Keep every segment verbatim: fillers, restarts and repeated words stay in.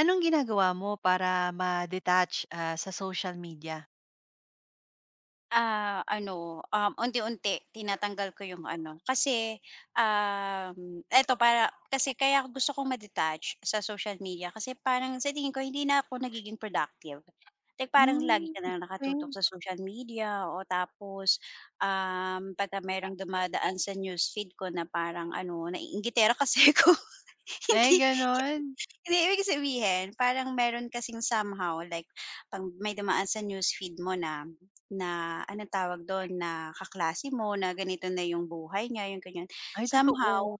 Anong ginagawa mo para ma-detach, ah, sa social media? Ah, ano, um, unti-unti tinatanggal ko yung ano, kasi, um, eto para kasi kaya gusto kong ma-detach sa social media kasi parang sa tingin ko hindi na ako nagiging productive. Like parang lagi Hmm, ka na lang nakatutok okey. sa social media o tapos, um, pagka merong dumadaan sa newsfeed ko na parang ano, naiinggitera kasi ako. Ay Hindi gano'n? hindi, ibig sabihin parang meron kasing somehow like pang may dumaan sa newsfeed mo na na anong tawag doon na kaklase mo na ganito na yung buhay niya, yung ganyan. Ay totoo. Somehow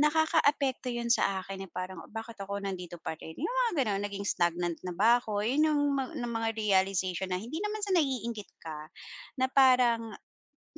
nakaka nakakaapekto yun sa akin na parang, "Oh, bakit ako nandito pa rin? Yung mga gano'n. Naging stagnant na ba ako?" Yun yung ma ng mga realization na hindi naman sa naiinggit ka, na parang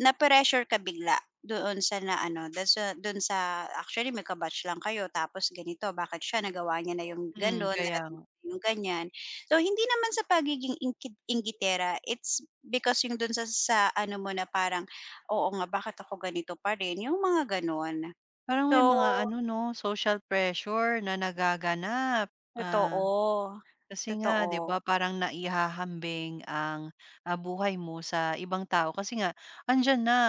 na-pressure ka bigla doon sa na-ano, do'n sa do'n sa actually magka-batch lang kayo tapos ganito, bakit siya nagawa niya na yung Hmm, gano'n, kaya narating nga. niya yung ganyan. So, hindi naman sa pagiging inggit inggitera, it's because yung doon sa sa ano mo na parang, "Oo nga, bakit ako ganito pa rin?" Yung mga gano'n. Parang may So mga ano 'no, social pressure na nagaganap. Ah, totoo, Kasi nga 'di ba totoo. parang naihahambing ang, ah, buhay mo sa ibang tao kasi nga andiyan na,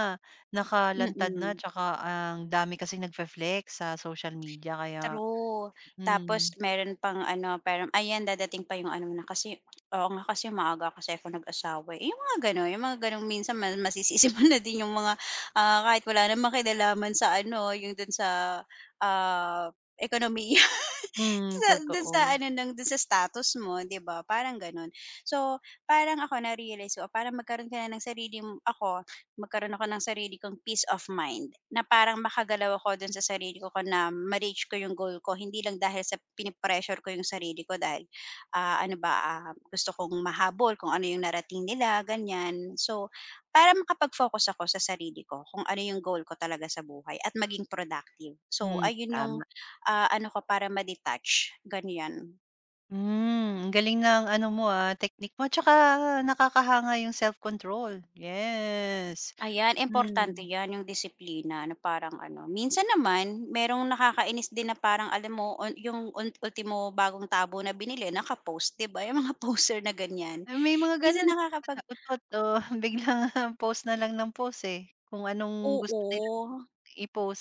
nakalantad na Mm. tsaka ang dami kasing nagfe-flex sa social media kaya True. hmm. Tapos meron pang ano, parang, "Ayan dadating pa yung ano na kasi oo nga kasi maaga kasi ako nag-asawa, eh." Yung mga gano'n, yung mga gano'ng minsan ma masisisi mo na din yung mga, ah, kahit wala namang kinalaman sa ano, yung dun sa, ah, ekonomiya. Hmm, Sa dun sa totoo. ano ng dun sa status mo, 'di ba, parang gano'n. So, parang ako na-realize ko para magkaroon ka na ng sarili m ako, magkaroon ako ng sarili kong peace of mind na parang makagalaw ako dun sa sarili ko ko na ma-reach ko yung goal ko, hindi lang dahil sa pinipressure ko yung sarili ko dahil, ah, ano ba, ah, gusto kong mahabol kung ano yung narating nila, ganyan. So, para makapag-focus ako sa sarili ko kung ano yung goal ko talaga sa buhay at maging productive. So, Hmm, ayun yung tama. ah, ano ka para ma-detach, ganyan. Hmm, ang galing ng ano mo, ah, technique mo tsaka nakakahanga yung self-control, yes. Ayan, importante Hmm, 'yan, yung disiplina na parang ano minsan naman merong nakakainis din na parang alam mo on yung un ultimo bagong tabo na binili naka-post, 'di ba, yung mga poster na ganyan. ah, may mga Minsan gano'n nakakapag utot o biglang ah, post na lang ng post, eh, kung anong gusto nilang Oo.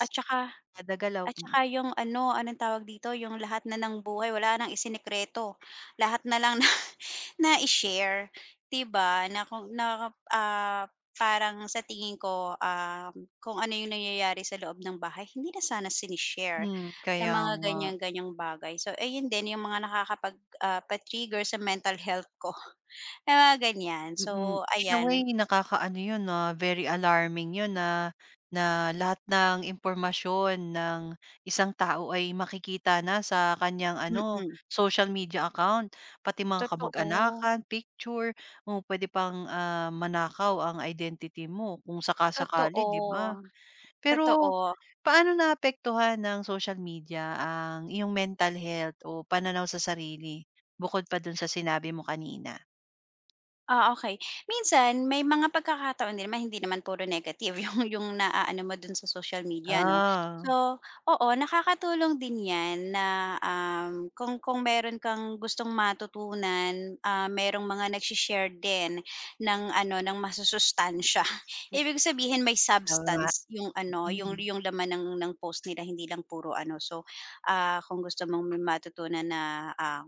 At saka kada galaw, at mm. saka yung ano, anong tawag dito, yung lahat na ng buhay wala nang isinekreto. Lahat na lang na nai-share, 'di ba? Na kung na, ah, parang sa tingin ko, um, kung ano yung nangyayari sa loob ng bahay hindi na sana sine-share Hmm, na kaya mga nga. ganyan-ganyang bagay. So, ayun din yung mga nakakapag, ah, pa-trigger sa mental health ko, na mga ganyan. Mm, So, in a way ayan, nakakaano 'yun na very alarming 'yun na na lahat ng impormasyon ng isang tao ay makikita na sa kanyang mm ano, mm. social media account, pati mga Totoo, kamag-anakan, picture, o pwede pang, ah, manakaw ang identity mo kung saka-sakali, 'di ba? totoo, Pero totoo. paano naapektuhan ng social media ang iyong mental health o pananaw sa sarili, bukod pa do'n sa sinabi mo kanina? Ah, okay. Minsan may mga pagkakataon din naman hindi naman puro negative yung yung naaano mo dun sa social media 'no. Ah. So, oo nakakatulong din 'yan na, um, kung kung meron kang gustong matutunan, ah, merong mga nagshi din ng ano, ng masusustansiya. Ibig sabihin may Tama, substance yung ano, yung mm. yung laman ng ng post nila hindi lang puro ano. So, ah, kung gusto mong may matutunan na, ah,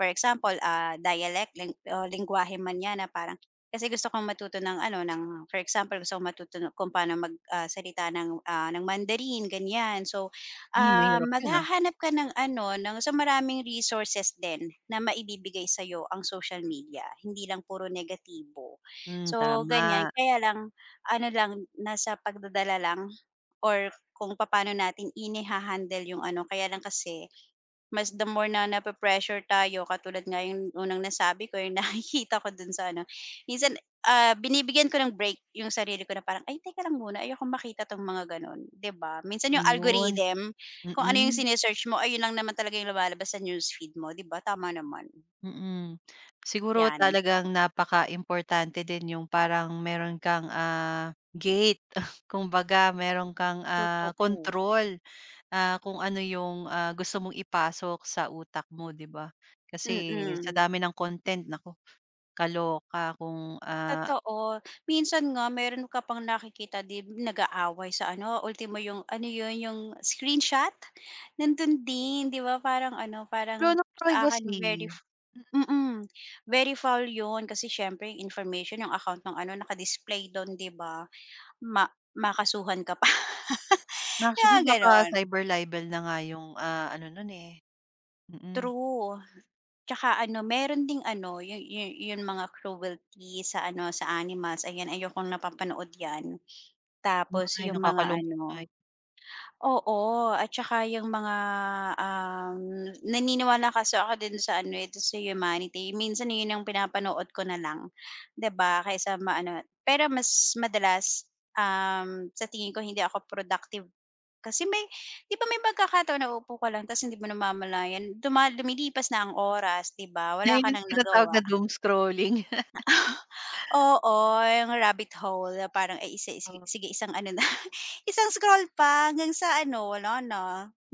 for example, ah, dialect ling o lengguwahe man 'yan na parang kasi gusto kong matuto ng ano, ng for example, gusto kong matuto ng kung paano mag, ah, ng, ah, ng Mandarin, ganyan. So, Uy, ah, mahirap yun, ah. maghahanap ka ng ano, ng so maraming resources din na maibibigay sa'yo ang social media, hindi lang puro negatibo. Hmm, So, tama, ganyan. Kaya lang ano lang, nasa pagdadala lang or kung paano natin inihahandle yung ano. Kaya lang kasi mas the more na nape-pressure tayo katulad nga yung unang nasabi ko, yung nakikita ko dun sa ano, minsan, ah, binibigyan ko ng break yung sarili ko na parang, "Ay teka lang muna ayoko makita 'tong mga gano'n," 'di ba? Minsan yung ayun. algorithm, kung ano yung Mm, sine mo ayun lang naman talaga yung lumalabas sa newsfeed mo, 'di ba, tama naman. mm. Siguro 'Yan, talagang napakaimportante din yung parang meron kang, ah, gate. Kumbaga meron kang, ah, totoo, kontrol, ah, kung ano yung, ah, gusto mong ipasok sa utak mo, 'di ba? Kasi sa mm. dami ng content, naku, kaloka kung, ah, Totoo. Minsan nga meron ka pang nakikita 'di nag-aaway sa ano, ultimo yung ano yun, yung screenshot, nandun din 'di ba parang ano, wala parang ng sa akin privacy. very f mm, very foul yun kasi siyempre yung information, yung account ng ano nakadisplay display 'di ba? Ma Makasuhan ka pa. Actually, Kaya baka gano'n, cyber libel na nga yung, ah, ano nun, eh. Mm. true. Tsaka ano meron ding ano, yu yu yung mga cruelty sa ano, sa animals, ayan ayokong napapanood 'yan. Tapos Ay, yung mga nakakalungkot nga ano 'yon. oo, at saka yung mga, um, naniniwala kasi ako din sa ano, eh, dun sa humanity. Minsan yun ang pinapanood ko na lang, 'di ba, kaysa maano pero mas madalas, um, sa tingin ko hindi ako productive kasi may 'di ba may pagkakataon na uupo ka lang tapos hindi mo namamalayan duma lumilipas na ang oras, 'di ba, wala Ayun ka yung ng tinatawag nagawa. na doom scrolling. Oo, yung rabbit hole na parang, ay isa sige Oh. sige isang ano na, isang scroll pa hanggang sa ano, wala na,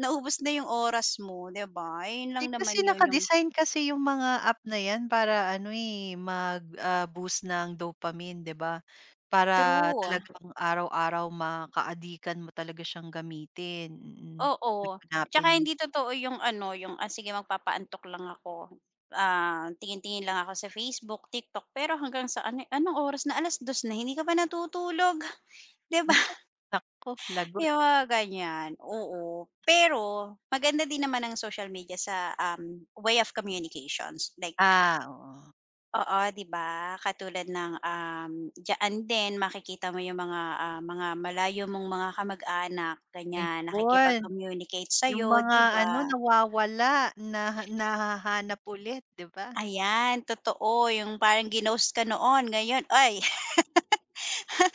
naubos na yung oras mo, 'di ba? Ayun lang Eh, naman kasi yun yung naka-design kasi yung mga app na 'yan para ano, eh, mag, ah, boost ng dopamine, 'di ba? Para true, talagang araw-araw makaadikan mo talaga siyang gamitin, mm. oo. Hanap-hanapin. Tsaka hindi totoo yung ano, yung, ah, sige magpapaantok lang ako, ah, tingin-tingin lang ako sa Facebook, TikTok, pero hanggang sa ano, anong oras na? Alas dos na, hindi ka pa natutulog, 'di ba? Naku, lagot. Yung mga ganyan, oo. Pero maganda din naman ang social media sa, um, way of communications like Ah, oo. oo, 'di ba? Katulad ng, um, diyaan din makikita mo yung mga, ah, mga malayo mong mga kamag-anak ganyan, Ayun, nakikipag-communicate sa yung mga 'di ba? ano, nawawala, naha nahahanap ulit, 'di ba? Ayan, totoo yung parang ginost ka noon ngayon, ay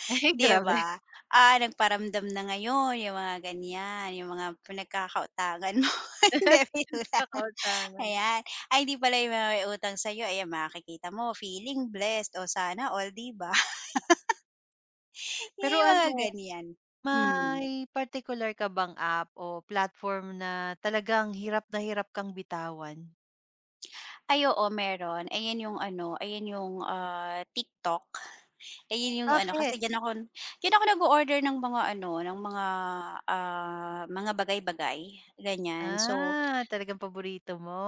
Ay, 'di grabe. ba? Ah, nagparamdam na ngayon yung mga ganyan, yung mga pinagkakautangan mo, hindi, biro lang. Kakautangan. Ayan. Ay, di pala yung mga may utang sa'yo, ayan makikita mo feeling blessed o sana all, di ba? Pero Yung mga ano, ganyan. Hmm. may particular ka bang app o platform na talagang hirap na hirap kang bitawan? Ay, oo meron. Ayan yung ano, ayan yung, ah, TikTok. Ayun yung ano, Bakit? kasi yan ako yan ako nag order ng mga ano, ng mga, ah, mga bagay-bagay, ganyan. So Ah, talagang paborito mo,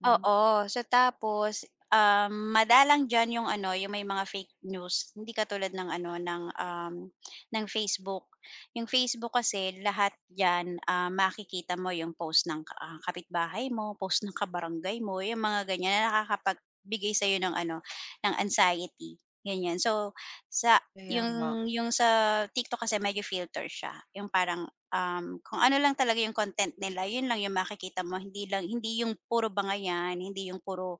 mm. oo. So tapos, um, madalang diyan yung ano, yung may mga fake news. Hindi katulad ng ano, ng, um, ng Facebook. Yung Facebook kasi lahat diyan, ah, makikita mo yung post ng, ka- ah, kapitbahay mo, post ng kabarangay mo, yung mga ganyan na nakakapagbigay sa'yo ng ano, ng anxiety, ganyan. So, sa Kaya nga. yung yung sa TikTok kasi medyo filter siya, yung parang Um, kung ano lang talaga yung content nila, yun lang yung makikita mo, hindi lang hindi yung puro bangayan, hindi yung puro,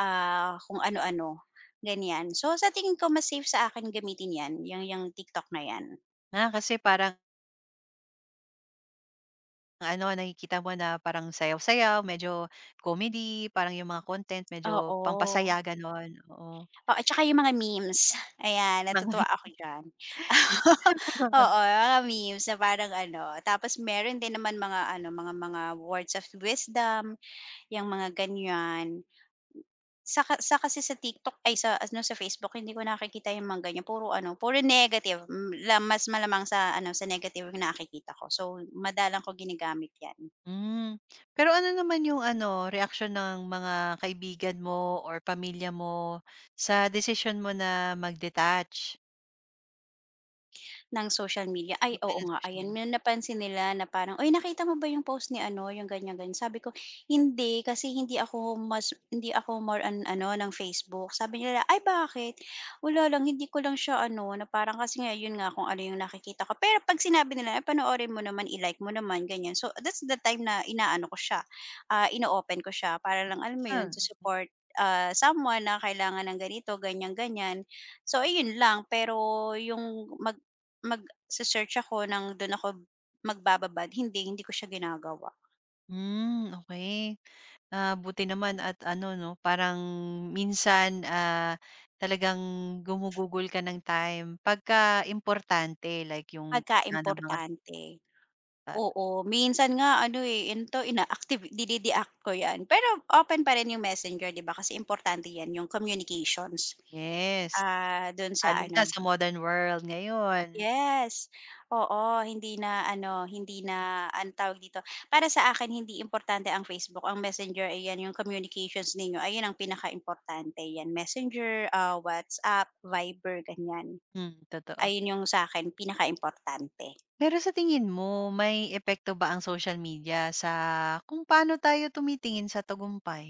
ah, kung ano-ano, ganyan. So, sa tingin ko mas safe sa akin gamitin 'yan, yung yang TikTok na 'yan. Ah, kasi parang ano, nakikita mo na parang sayaw-sayaw, medyo comedy, parang yung mga content medyo Oo. pampasaya gano'n, oo. Oo, at saka yung mga memes, ayan Mga natutuwa ako diyan. Oo, mga memes na parang ano, tapos meron din naman mga ano, mga mga words of wisdom, yung mga ganyan. Saka sa kasi sa TikTok ay sa ano, sa Facebook hindi ko nakikita yung mga ganyan puro ano, puro negative, hmm, la mas malamang sa ano, sa negative yung nakikita ko. So, madalang ko ginagamit yan. Hmm. Pero ano naman yung ano, reaksyon ng mga kaibigan mo or pamilya mo sa desisyon mo na mag-detach? Ng social media. Ay, Doon ka oo na sa nga, social ayan, media. may napansin nila na parang, "Uy, nakita mo ba yung post ni ano, yung ganyan, ganyan." Sabi ko, "Hindi, kasi hindi ako mas hindi ako more on ano, ng Facebook." Sabi nila, "Ay, bakit?" "Wala lang, hindi ko lang siya ano, na parang kasi nga, yun nga, kung ano yung nakikita ko." Pero 'pag sinabi nila, "Ay, panoorin mo naman, i-like mo naman," ganyan. So, that's the time na inaano ko siya, ah, ino-open ko siya para lang, alam mo Ah, yun, to support, ah, someone na kailangan ng ganito, ganyan, ganyan. So, ayun lang, pero yung mag search ako ng dun ako magbababad, hindi, hindi ko siya ginagawa hmm, okay. Ah, buti naman at ano 'no, parang minsan, ah, talagang gumugugol ka ng time pagka importante like yung pagka na ng mga importante. stat. Oo, minsan nga ano, eh, ano 'to ina-active dine-deact ko 'yan, pero open pa rin yung Messenger 'di ba kasi importante 'yan yung communications, Yes, ah, dun sa lalo ano na sa modern world ngayon. yes, oo, hindi na ano, hindi na anong tawag dito, para sa akin hindi importante ang Facebook, ang Messenger ayan yung communications ninyo, ayun ang pinaka importante 'yan Messenger, ah, WhatsApp, Viber, ganiyan. Hmm, totoo. Ayun yung sa'kin pinakaimportante. Pero sa tingin mo, may epekto ba ang social media sa kung paano tayo tumitingin sa tagumpay?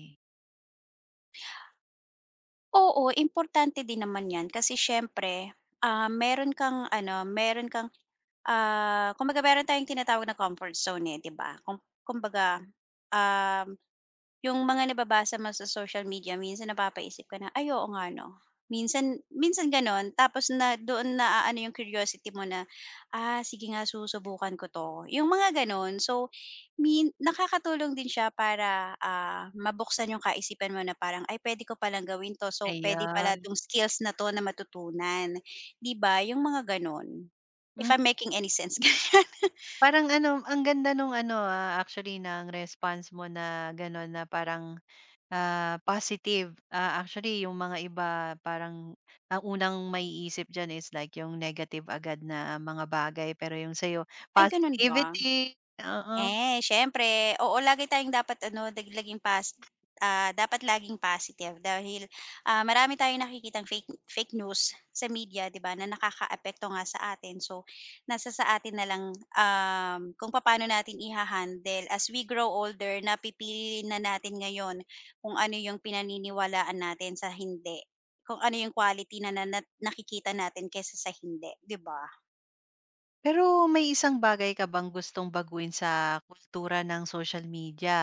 Oo, importante din naman 'yan kasi siyempre, ah, meron kang ano, meron kang, ah, kumbaga meron tayong tinatawag na comfort zone, eh, 'di ba? Kum kumbaga, um yung mga nababasa mo sa social media minsan napapaisip ka na, "Ay, oo nga 'no." Minsan minsan gano'n tapos na doon na ano yung curiosity mo na, "Ah, sige nga susubukan ko 'to." Yung mga gano'n. So, min nakakatulong din siya para, ah, mabuksan yung kaisipan mo na parang, "Ay, puwede ko palang gawin 'to. So, puwede pala Ayan. 'tong skills na 'to na matutunan." 'Di ba, yung mga gano'n. If Hmm, I'm making any sense, ganyan. parang ano, ang ganda nung ano, ah, actually ng response mo na gano'n na parang, ah, positive. Ah, actually yung mga iba parang ang unang maiisip diyan is like yung negative agad na mga bagay, pero yung sa'yo Ay, gano'n ba? positivity, oo. Eh, siyempre. Oo, lagi tayong dapat ano, dag laging pas ah, dapat laging positive dahil, ah, marami tayong nakikitang fake fake news sa media, 'di ba, na nakakaapekto nga sa atin. So, nasa sa atin na lang, um, kung paano natin iha-handle as we grow older na pipiliin na natin ngayon kung ano yung pinaniniwalaan natin sa hindi, kung ano yung quality na na na- nakikita natin kaysa sa hindi, 'di ba? Pero may isang bagay ka bang gustong baguin sa kultura ng social media?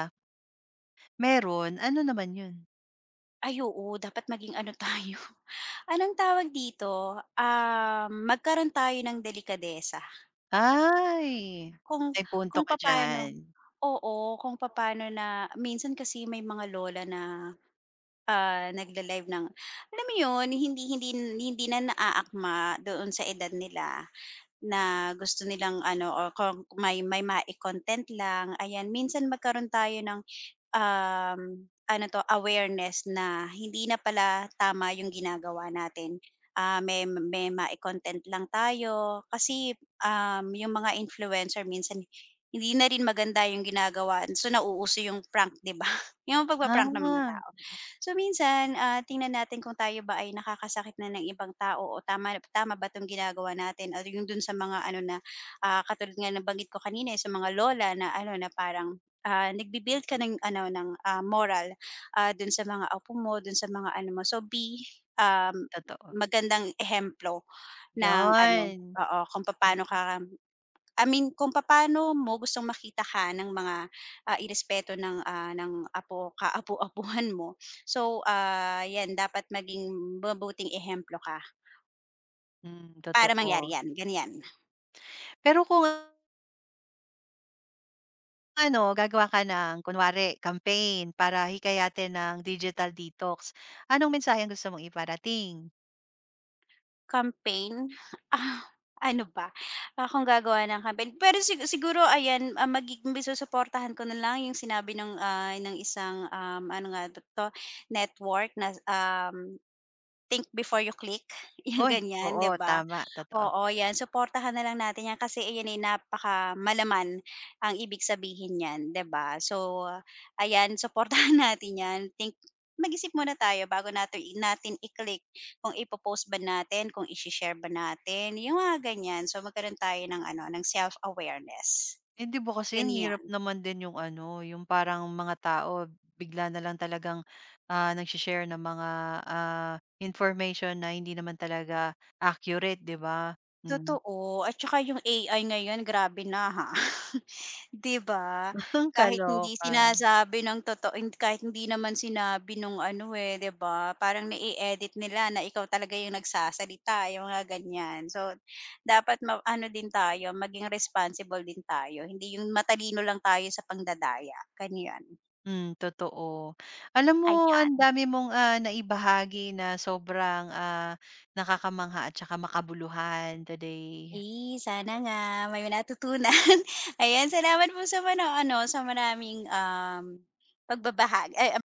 Meron, ano naman 'yun? Ay oo, dapat maging ano tayo anong tawag dito, um, magkaroon tayo ng delikadesa Ay, kung may punto kung ka diyan. papaano oo, kung papaano na minsan kasi may mga lola na, ah, nagle-live ng alam mo 'yun, hindi hindi hindi na naaakma doon sa edad nila na gusto nilang ano, o kung may may mai-content lang, ayan. Minsan magkaroon tayo ng um, ano 'to, awareness na hindi na pala tama yung ginagawa natin. Ah, may may mai-content lang tayo kasi, um, yung mga influencer minsan hindi na rin maganda yung ginagawa, so nauuso yung prank, 'di ba? Yung pagpa-prank ng mga Ah, tao. So minsan, ah, tingnan natin kung tayo ba ay nakakasakit na ng ibang tao o tama tama ba 'tong ginagawa natin or yung dun sa mga ano na, ah, katulad nga nabanggit ko kanina, eh, sa mga lola na ano, na parang ah, nagbi-build ka ng ano, ng, ah, moral, ah, dun sa mga apo mo, dun sa mga ano mo. So be, um, totoo, magandang ehemplo ng ano 'yun. oo, kung papaano ka I mean kung papaano mo gustong makita ka ng mga, ah, irespeto ng, ah, ng apo kaapu-apuhan mo. So, ah, 'yan dapat maging mabuting ehemplo ka Mm, para mangyari totoo. 'yan, ganiyan. Pero kung ano, gagawa ka ng kunwari campaign para hikayatin ng digital detox, anong mensaheng gusto mong iparating? Campaign? Ah, ano ba? Ah, kung gagawa ng campaign pero sigu siguro ayan, ah, magiging susuportahan ko na lang yung sinabi ng, ah, ng isang, um, ano nga to to, network na, um think before you click, yung Uy, ganyan, 'di oo, ba? tama, totoo. Oo, 'yan, suportahan na lang natin 'yan kasi ayan, ay napaka malaman ang ibig sabihin niyan, 'di ba? So, ayan, suportahan natin 'yan. Think mag-isip muna tayo bago natin natin i-click kung ipopost post ba natin, kung ishi-share ba natin, yung mga ganyan. So, magkaroon tayo ng ano, ng self-awareness, Eh, 'di ba kasi ang hirap ganyan. naman din yung ano, yung parang mga tao bigla na lang talagang, ah, nagshe ng mga, ah, information na hindi naman talaga accurate, 'di ba? Hmm, Totoo at saka yung A I ngayon grabe na, ha? 'Di ba? Kahit hindi kaloka. sinasabi ng totoo hin kahit hindi naman sinabi nung ano, eh, 'di ba? Parang nai-edit nila na ikaw talaga yung nagsasalita, yung mga ganyan. So, dapat ma ano din tayo, maging responsible din tayo, hindi yung matalino lang tayo sa pangdadaya, ganyan. Hmm, totoo. Alam mo ang Ayan. dami mong, ah, naibahagi na sobrang, ah, nakakamangha at saka makabuluhan today. Eh, sana nga may natutunan. Ayan, salamat po sa ano ano, sa maraming, um, pagbabahagi ay